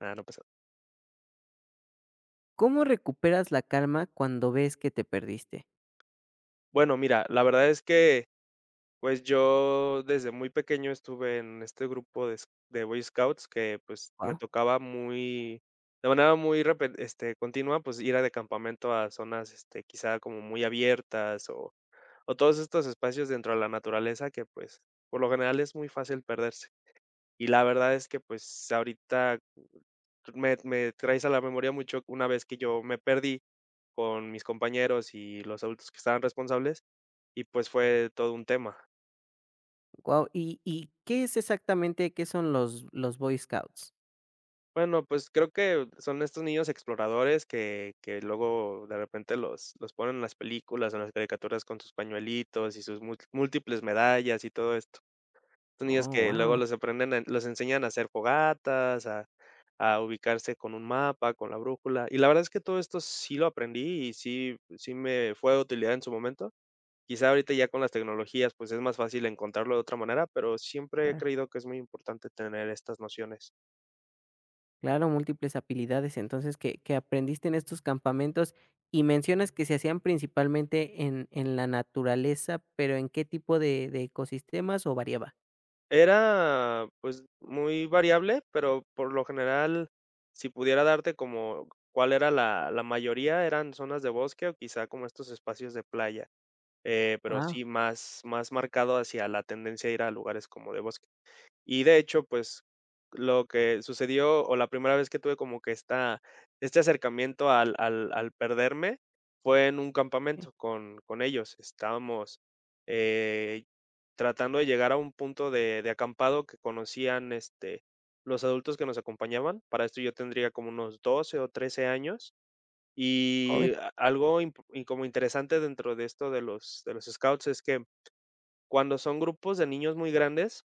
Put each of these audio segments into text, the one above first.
Ah, no pasa. ¿Cómo recuperas la calma cuando ves que te perdiste? Bueno, mira, la verdad es que, yo desde muy pequeño estuve en este grupo de s de Boy Scouts que, pues, me Wow, tocaba muy de manera muy continua, ir a de campamento a zonas, quizá como muy abiertas o todos estos espacios dentro de la naturaleza que, pues, por lo general es muy fácil perderse. Y la verdad es que, pues, ahorita me traes a la memoria mucho una vez que yo me perdí con mis compañeros y los adultos que estaban responsables. Y, pues, fue todo un tema. wow. ¿Y qué es exactamente qué son los Boy Scouts? Bueno, pues, creo que son estos niños exploradores que luego de repente los ponen en las películas, en las caricaturas con sus pañuelitos y sus múltiples medallas y todo esto. Son niños Oh, que luego wow. Los enseñan a hacer fogatas, a ubicarse con un mapa, con la brújula. Y la verdad es que todo esto sí lo aprendí y sí me fue de utilidad en su momento. Quizá ahorita ya con las tecnologías, pues, es más fácil encontrarlo de otra manera, pero siempre he cla creído que es muy importante tener estas nociones. claro, múltiples habilidades, entonces, que aprendiste en estos campamentos, y mencionas que se hacían principalmente en la naturaleza, pero, ¿en qué tipo de ecosistemas o variaba? Era, pues, muy variable, pero por lo general, si pudiera darte como cuál era la mayoría, eran zonas de bosque o quizá como estos espacios de playa, pero Guau, sí más marcado hacia la tendencia a ir a lugares como de bosque. Y de hecho, pues, lo que sucedió, o la primera vez que tuve como que esta acercamiento al perderme, fue en un eh, campamento con ellos. Estábamos, eh, tratando de llegar a un punto de acampado que conocían, los adultos que nos acompañaban. Para esto yo tendría como unos 12 o 13 años. Y joven, a algo imp y como interesante dentro de esto de los scouts es que cuando son grupos de niños muy grandes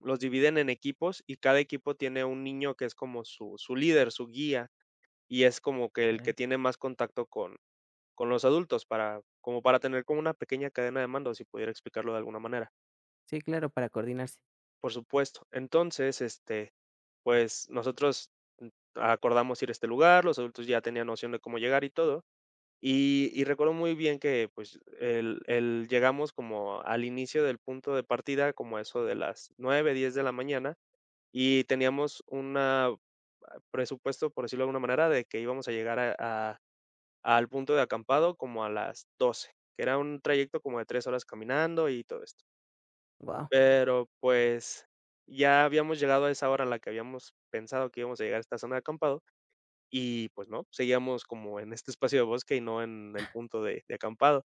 los dividen en equipos y cada equipo tiene un niño que es como su líder, su guía, y es como que el que claro. tiene más contacto con los adultos para como para tener como una pequeña cadena de mando, si pudiera explicarlo de alguna manera, Sí, claro, para coordinarse. por supuesto. Entonces, pues, nosotros, mm, acordamos ir a este lugar, los adultos ya tenían noción de cómo llegar y todo, y recuerdo muy bien que, pues, el llegamos como al inicio del punto de partida, como eso de las 9 10 de la mañana. Y teníamos un presupuesto, por decirlo de alguna manera, de que íbamos a llegar a al punto de acampado como a las 12, que era un trayecto como de 3 horas caminando y todo esto. Wow. Pero, pues, ya habíamos llegado a esa hora en la que habíamos pensado que íbamos a llegar a esta zona de acampado y, pues, no, seguíamos como en este espacio de bosque y no en el punto de acampado.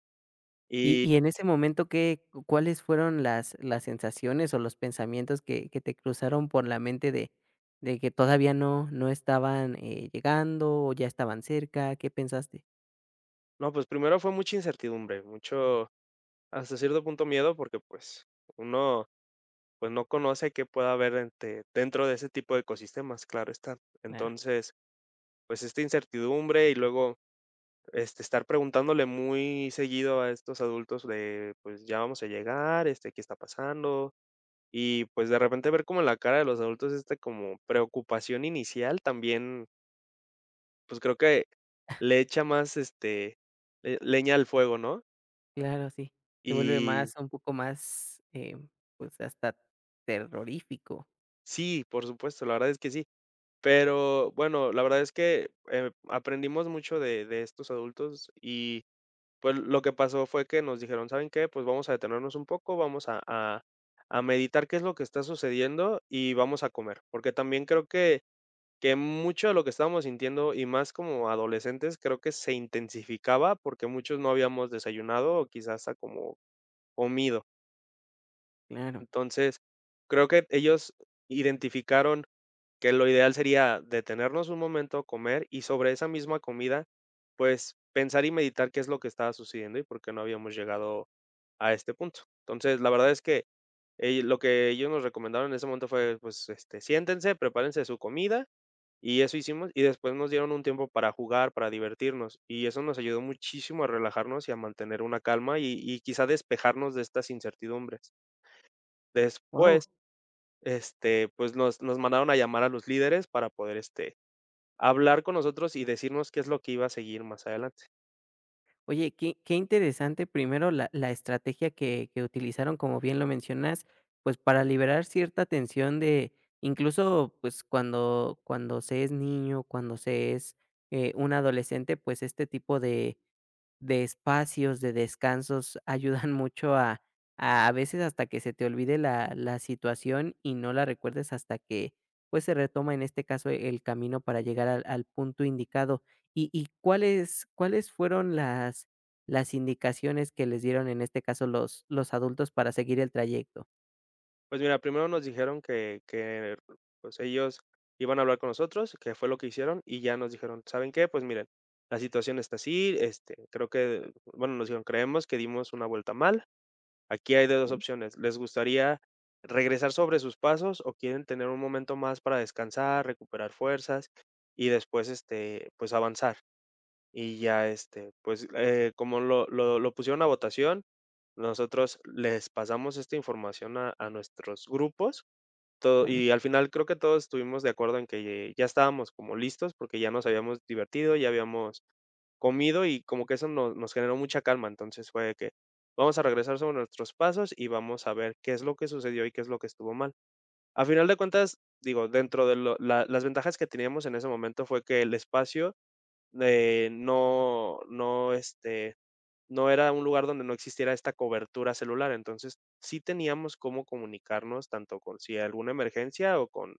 Y Y y en ese momento, ¿qué cu cuáles fueron las sensaciones o los pensamientos que te cruzaron por la mente de que todavía no estaban, llegando o ya estaban cerca? ¿Qué pensaste? no, pues, primero fue mucha incertidumbre, mucho, hasta cierto punto, miedo porque, pues, uno pues, no conoce qué pueda haber ente dentro de ese tipo de ecosistemas, claro está. Claro, Entonces, pues, esta incertidumbre y luego, estar preguntándole muy seguido a estos adultos de, pues, ya vamos a llegar, ¿qué está pasando? Y, pues, de repente ver como en la cara de los adultos esta como preocupación inicial también, pues, creo que le echa más, le leña al fuego, ¿no? claro, sí. Se vuelve Y más un poco más, pues, hasta terrorífico. sí, por supuesto, la verdad es que sí. Pero bueno, la verdad es que, aprendimos mucho de estos adultos y, pues, lo que pasó fue que nos dijeron: "¿Saben qué? Pues vamos a detenernos un poco, vamos a meditar qué es lo que está sucediendo y vamos a comer". Porque también creo que mucho de lo que estábamos sintiendo, y más como adolescentes, creo que se intensificaba porque muchos no habíamos desayunado o quizás hasta como comido. Claro. Entonces, creo que ellos identificaron que lo ideal sería detenernos un momento, comer y sobre esa misma comida, pues pensar y meditar qué es lo que estaba sucediendo y por qué no habíamos llegado a este punto. Entonces, la verdad es que lo que ellos nos recomendaron en ese momento fue, pues, siéntense, prepárense su comida y eso hicimos y después nos dieron un tiempo para jugar, para divertirnos y eso nos ayudó muchísimo a relajarnos y a mantener una calma y quizá despejarnos de estas incertidumbres. Wow. Después, pues nos mandaron a llamar a los líderes para poder, hablar con nosotros y decirnos qué es lo que iba a seguir más adelante. Oye, qué interesante primero la estrategia que utilizaron, como bien lo mencionas, pues, para liberar cierta tensión de incluso, pues, cuando se es niño, cuando se es, un adolescente, pues, este tipo de espacios, de descansos ayudan mucho a veces hasta que se te olvide la situación y no la recuerdes hasta que, pues, se retoma, en este caso, el camino para llegar al punto indicado. ¿Y cuáles fueron las indicaciones que les dieron, en este caso, los adultos para seguir el trayecto? Pues mira, primero nos dijeron que pues, ellos iban a hablar con nosotros, que fue lo que hicieron, y ya nos dijeron: "¿Saben qué? Pues miren, la situación está así, este, creo que", bueno, nos dijeron: "Creemos que dimos una vuelta mal. Aquí hay de 2 Sí, opciones, ¿les gustaría regresar sobre sus pasos o quieren tener un momento más para descansar, recuperar fuerzas y después, este, pues avanzar?". Y ya, pues, como lo pusieron a votación, nosotros les pasamos esta información a nuestros grupos, todo claro. y al final creo que todos estuvimos de acuerdo en que ya estábamos como listos, porque ya nos habíamos divertido, ya habíamos comido y como que eso nos generó mucha calma. Entonces fue de que vamos a regresar sobre nuestros pasos y vamos a ver qué es lo que sucedió y qué es lo que estuvo mal. A final de cuentas, digo, dentro de lo la las ventajas que teníamos en ese momento fue que el espacio no, no era un lugar donde no existiera esta cobertura celular, entonces, sí teníamos cómo comunicarnos tanto con si hay alguna emergencia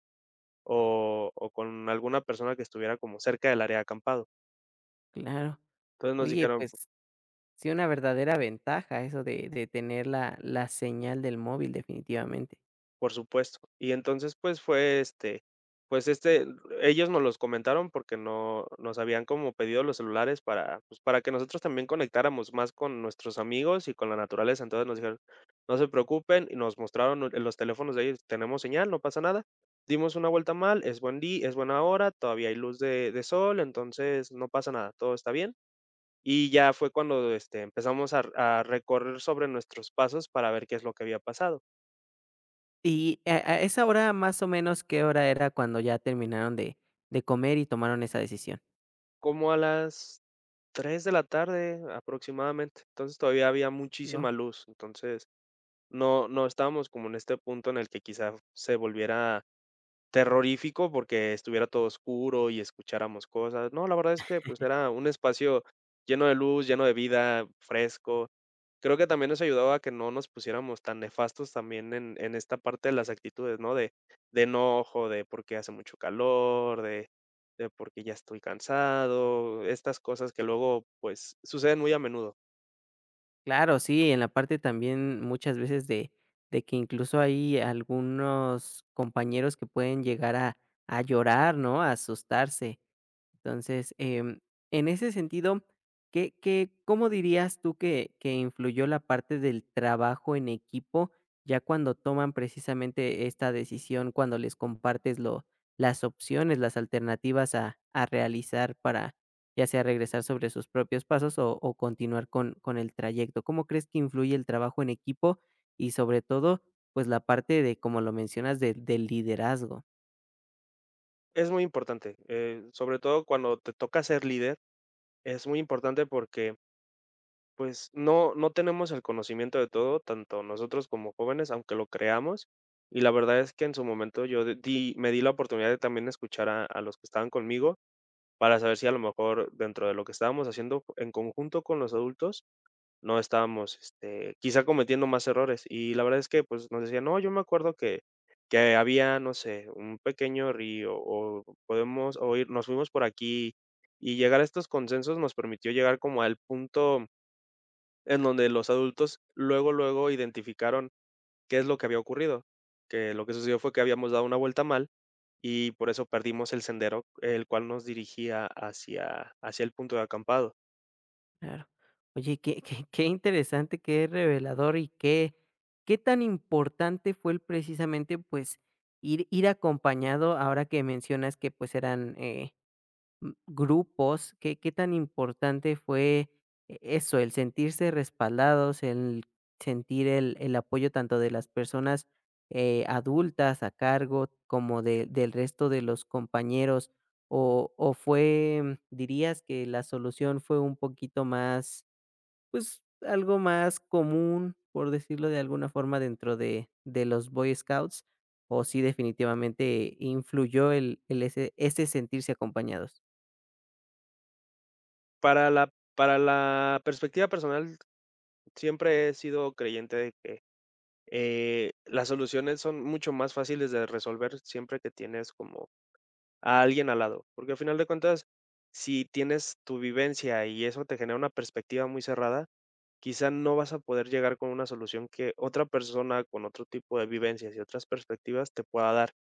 o con alguna persona que estuviera como cerca del área de acampado. Claro. Entonces, nos Oye, dijeron: pues, sí, una verdadera ventaja eso de tener la señal del móvil, definitivamente. Por supuesto. Y entonces, pues, fue, pues, ellos nos los comentaron porque no nos habían como pedido los celulares para, pues, para que nosotros también conectáramos más con nuestros amigos y con la naturaleza. Entonces, nos dijeron: "No se preocupen", y nos mostraron nu los teléfonos de ellos: "Tenemos señal, no pasa nada". Dimos una vuelta mal, es buen día, es buena hora, todavía hay luz de sol, entonces no pasa nada, todo está bien. Y ya fue cuando, empezamos a recorrer sobre nuestros pasos para ver qué es lo que había pasado. Y, a esa hora, más o menos, ¿qué hora era cuando ya terminaron de comer y tomaron esa decisión? Como a las 3 de la tarde aproximadamente, entonces todavía había muchísima luz, entonces no estábamos como en este punto en el que quizá se volviera terrorífico porque estuviera todo oscuro y escucháramos cosas. No, la verdad es que, pues, era un espacio lleno de luz, lleno de vida, fresco. Creo que también nos ayudaba a que no nos pusiéramos tan nefastos también en esta parte de las actitudes, ¿no? De enojo, de por qué hace mucho calor, de por qué ya estoy cansado, estas cosas que luego, pues, suceden muy a menudo. Claro, sí, en la parte también muchas veces de que incluso hay algunos compañeros que pueden llegar a llorar, ¿no? A asustarse. Entonces, en ese sentido, ¿qué qué cómo dirías tú que influyó la parte del trabajo en equipo, ya cuando toman precisamente esta decisión, cuando les compartes lo las opciones, las alternativas a realizar para, ya sea regresar sobre sus propios pasos o continuar con el trayecto? ¿Cómo crees que influye el trabajo en equipo? Y sobre todo, pues, la parte de, como lo mencionas, de del liderazgo. Es muy importante, sobre todo cuando te toca ser líder, es muy importante porque pues no, no tenemos el conocimiento de todo, tanto nosotros como jóvenes, aunque lo creamos. Y la verdad es que en su momento yo me di la oportunidad de también escuchar a los que estaban conmigo para saber si a lo mejor dentro de lo que estábamos haciendo en conjunto con los adultos no estábamos quizá cometiendo más errores. Y la verdad es que pues nos decían, no, yo me acuerdo que había, no sé, un pequeño río o podemos, nos fuimos por aquí. Y llegar a estos consensos nos permitió llegar como al punto en donde los adultos luego identificaron qué es lo que había ocurrido, que lo que sucedió fue que habíamos dado una vuelta mal y por eso perdimos el sendero, el cual nos dirigía hacia el punto de acampado. Claro. Oye, qué interesante, qué revelador y qué qué tan importante fue el precisamente, pues, ir acompañado ahora que mencionas que, pues, eran, grupos, ¿qué, qué tan importante fue eso, el sentirse respaldados, el sentir el apoyo tanto de las personas adultas a cargo como del resto de los compañeros? ¿O fue, dirías que la solución fue un poquito más, pues algo más común, por decirlo de alguna forma, dentro de los Boy Scouts? ¿O sí definitivamente influyó el ese, ese sentirse acompañados? Para la perspectiva personal, siempre he sido creyente de que, las soluciones son mucho más fáciles de resolver siempre que tienes como a alguien al lado, porque al final de cuentas, si tienes tu vivencia y eso te genera una perspectiva muy cerrada, quizá no vas a poder llegar con una solución que otra persona con otro tipo de vivencias y otras perspectivas te pueda dar.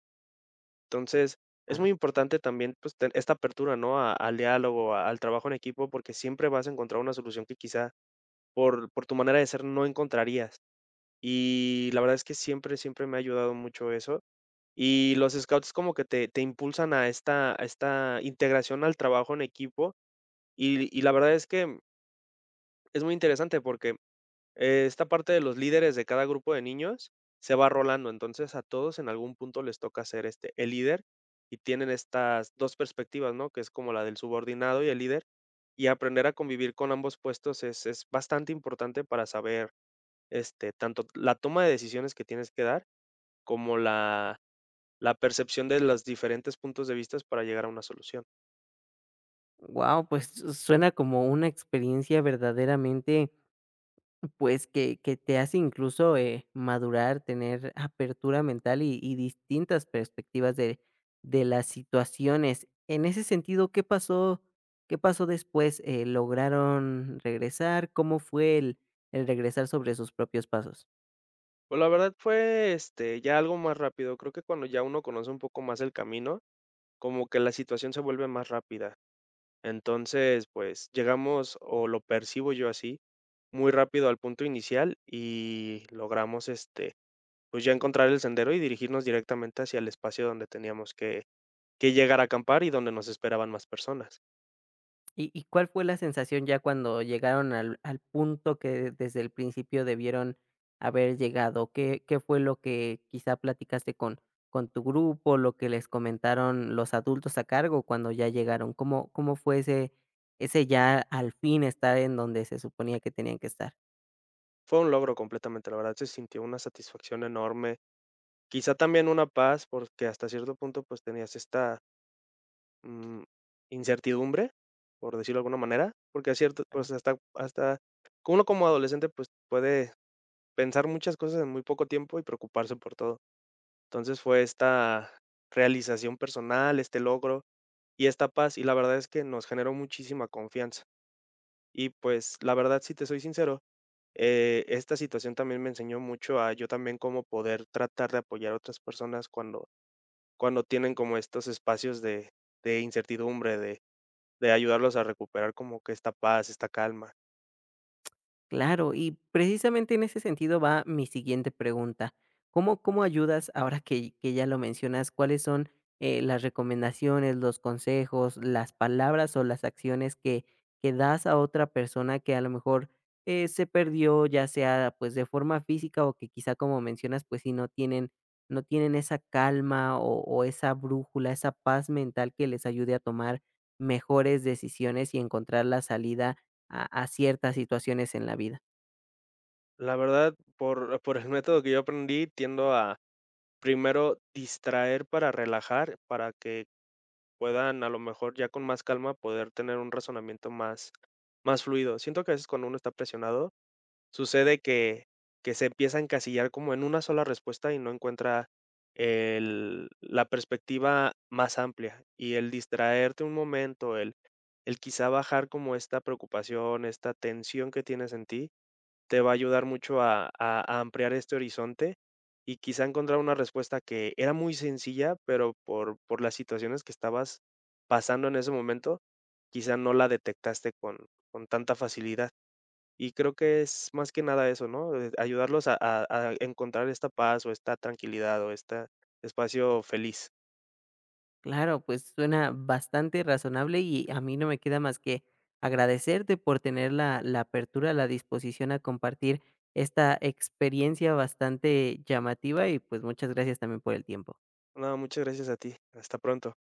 Entonces, es muy importante también pues, esta apertura, ¿no? Al diálogo, al trabajo en equipo, porque siempre vas a encontrar una solución que quizá por tu manera de ser no encontrarías. Y la verdad es que siempre me ha ayudado mucho eso. Y los scouts como que te impulsan a esta integración al trabajo en equipo. Y la verdad es que es muy interesante porque esta parte de los líderes de cada grupo de niños se va rolando, entonces a todos en algún punto les toca ser este el líder y tienen estas 2 perspectivas, ¿no? Que es como la del subordinado y el líder, y aprender a convivir con ambos puestos es bastante importante para saber, tanto la toma de decisiones que tienes que dar, como la percepción de los diferentes puntos de vista para llegar a una solución. Wow, pues, su suena como una experiencia verdaderamente, pues, que te hace incluso, madurar, tener apertura mental y distintas perspectivas de las situaciones. En ese sentido, qué pasó después? ¿Lograron regresar? ¿Cómo fue el regresar sobre sus propios pasos? Pues la verdad fue, ya algo más rápido. Creo que cuando ya uno conoce un poco más el camino, como que la situación se vuelve más rápida. Entonces, pues llegamos, o lo percibo yo así, muy rápido al punto inicial y logramos, pues ya encontrar el sendero y dirigirnos directamente hacia el espacio donde teníamos que llegar a acampar y donde nos esperaban más personas. ¿Y cuál fue la sensación ya cuando llegaron al punto que desde el principio debieron haber llegado? ¿Qué fue lo que quizá platicaste con tu grupo, lo que les comentaron los adultos a cargo cuando ya llegaron? ¿Cómo fue ese ese ya al fin estar en donde se suponía que tenían que estar? Fue un logro completamente, la verdad se sintió una satisfacción enorme, quizá también una paz, porque hasta cierto punto pues tenías esta mm, incertidumbre, por decirlo de alguna manera, porque a cierto, pues hasta uno como adolescente pues puede pensar muchas cosas en muy poco tiempo y preocuparse por todo. Entonces fue esta realización personal, este logro y esta paz, y la verdad es que nos generó muchísima confianza. Y pues la verdad, si te soy sincero, esta situación también me enseñó mucho a yo también cómo poder tratar de apoyar a otras personas cuando tienen como estos espacios de incertidumbre, de ayudarlos a recuperar como que esta paz, esta calma. Claro, y precisamente en ese sentido va mi siguiente pregunta. ¿Cómo, cómo ayudas, ahora que ya lo mencionas, cuáles son las recomendaciones, los consejos, las palabras o las acciones que das a otra persona que a lo mejor se perdió, ya sea pues de forma física o que quizá como mencionas, pues si no tienen, no tienen esa calma o esa brújula, esa paz mental que les ayude a tomar mejores decisiones y encontrar la salida a ciertas situaciones en la vida. La verdad, por el método que yo aprendí, tiendo primero, distraer para relajar, para que puedan, a lo mejor, ya con más calma, poder tener un razonamiento más fluido. Siento que a veces cuando uno está presionado, sucede que se empieza a encasillar como en una sola respuesta y no encuentra el la perspectiva más amplia. Y el distraerte un momento, el quizá bajar como esta preocupación, esta tensión que tienes en ti, te va a ayudar mucho a ampliar este horizonte, y quizá encontrar una respuesta que era muy sencilla, pero por las situaciones que estabas pasando en ese momento, quizá no la detectaste con tanta facilidad. Y creo que es más que nada eso, ¿no? Ayudarlos a encontrar esta paz, o esta tranquilidad, o este espacio feliz. Claro, pues suena bastante razonable y a mí no me queda más que agradecerte por tener la, la apertura, la disposición a compartir esta experiencia bastante llamativa y pues muchas gracias también por el tiempo. Nada, muchas gracias a ti. Hasta pronto.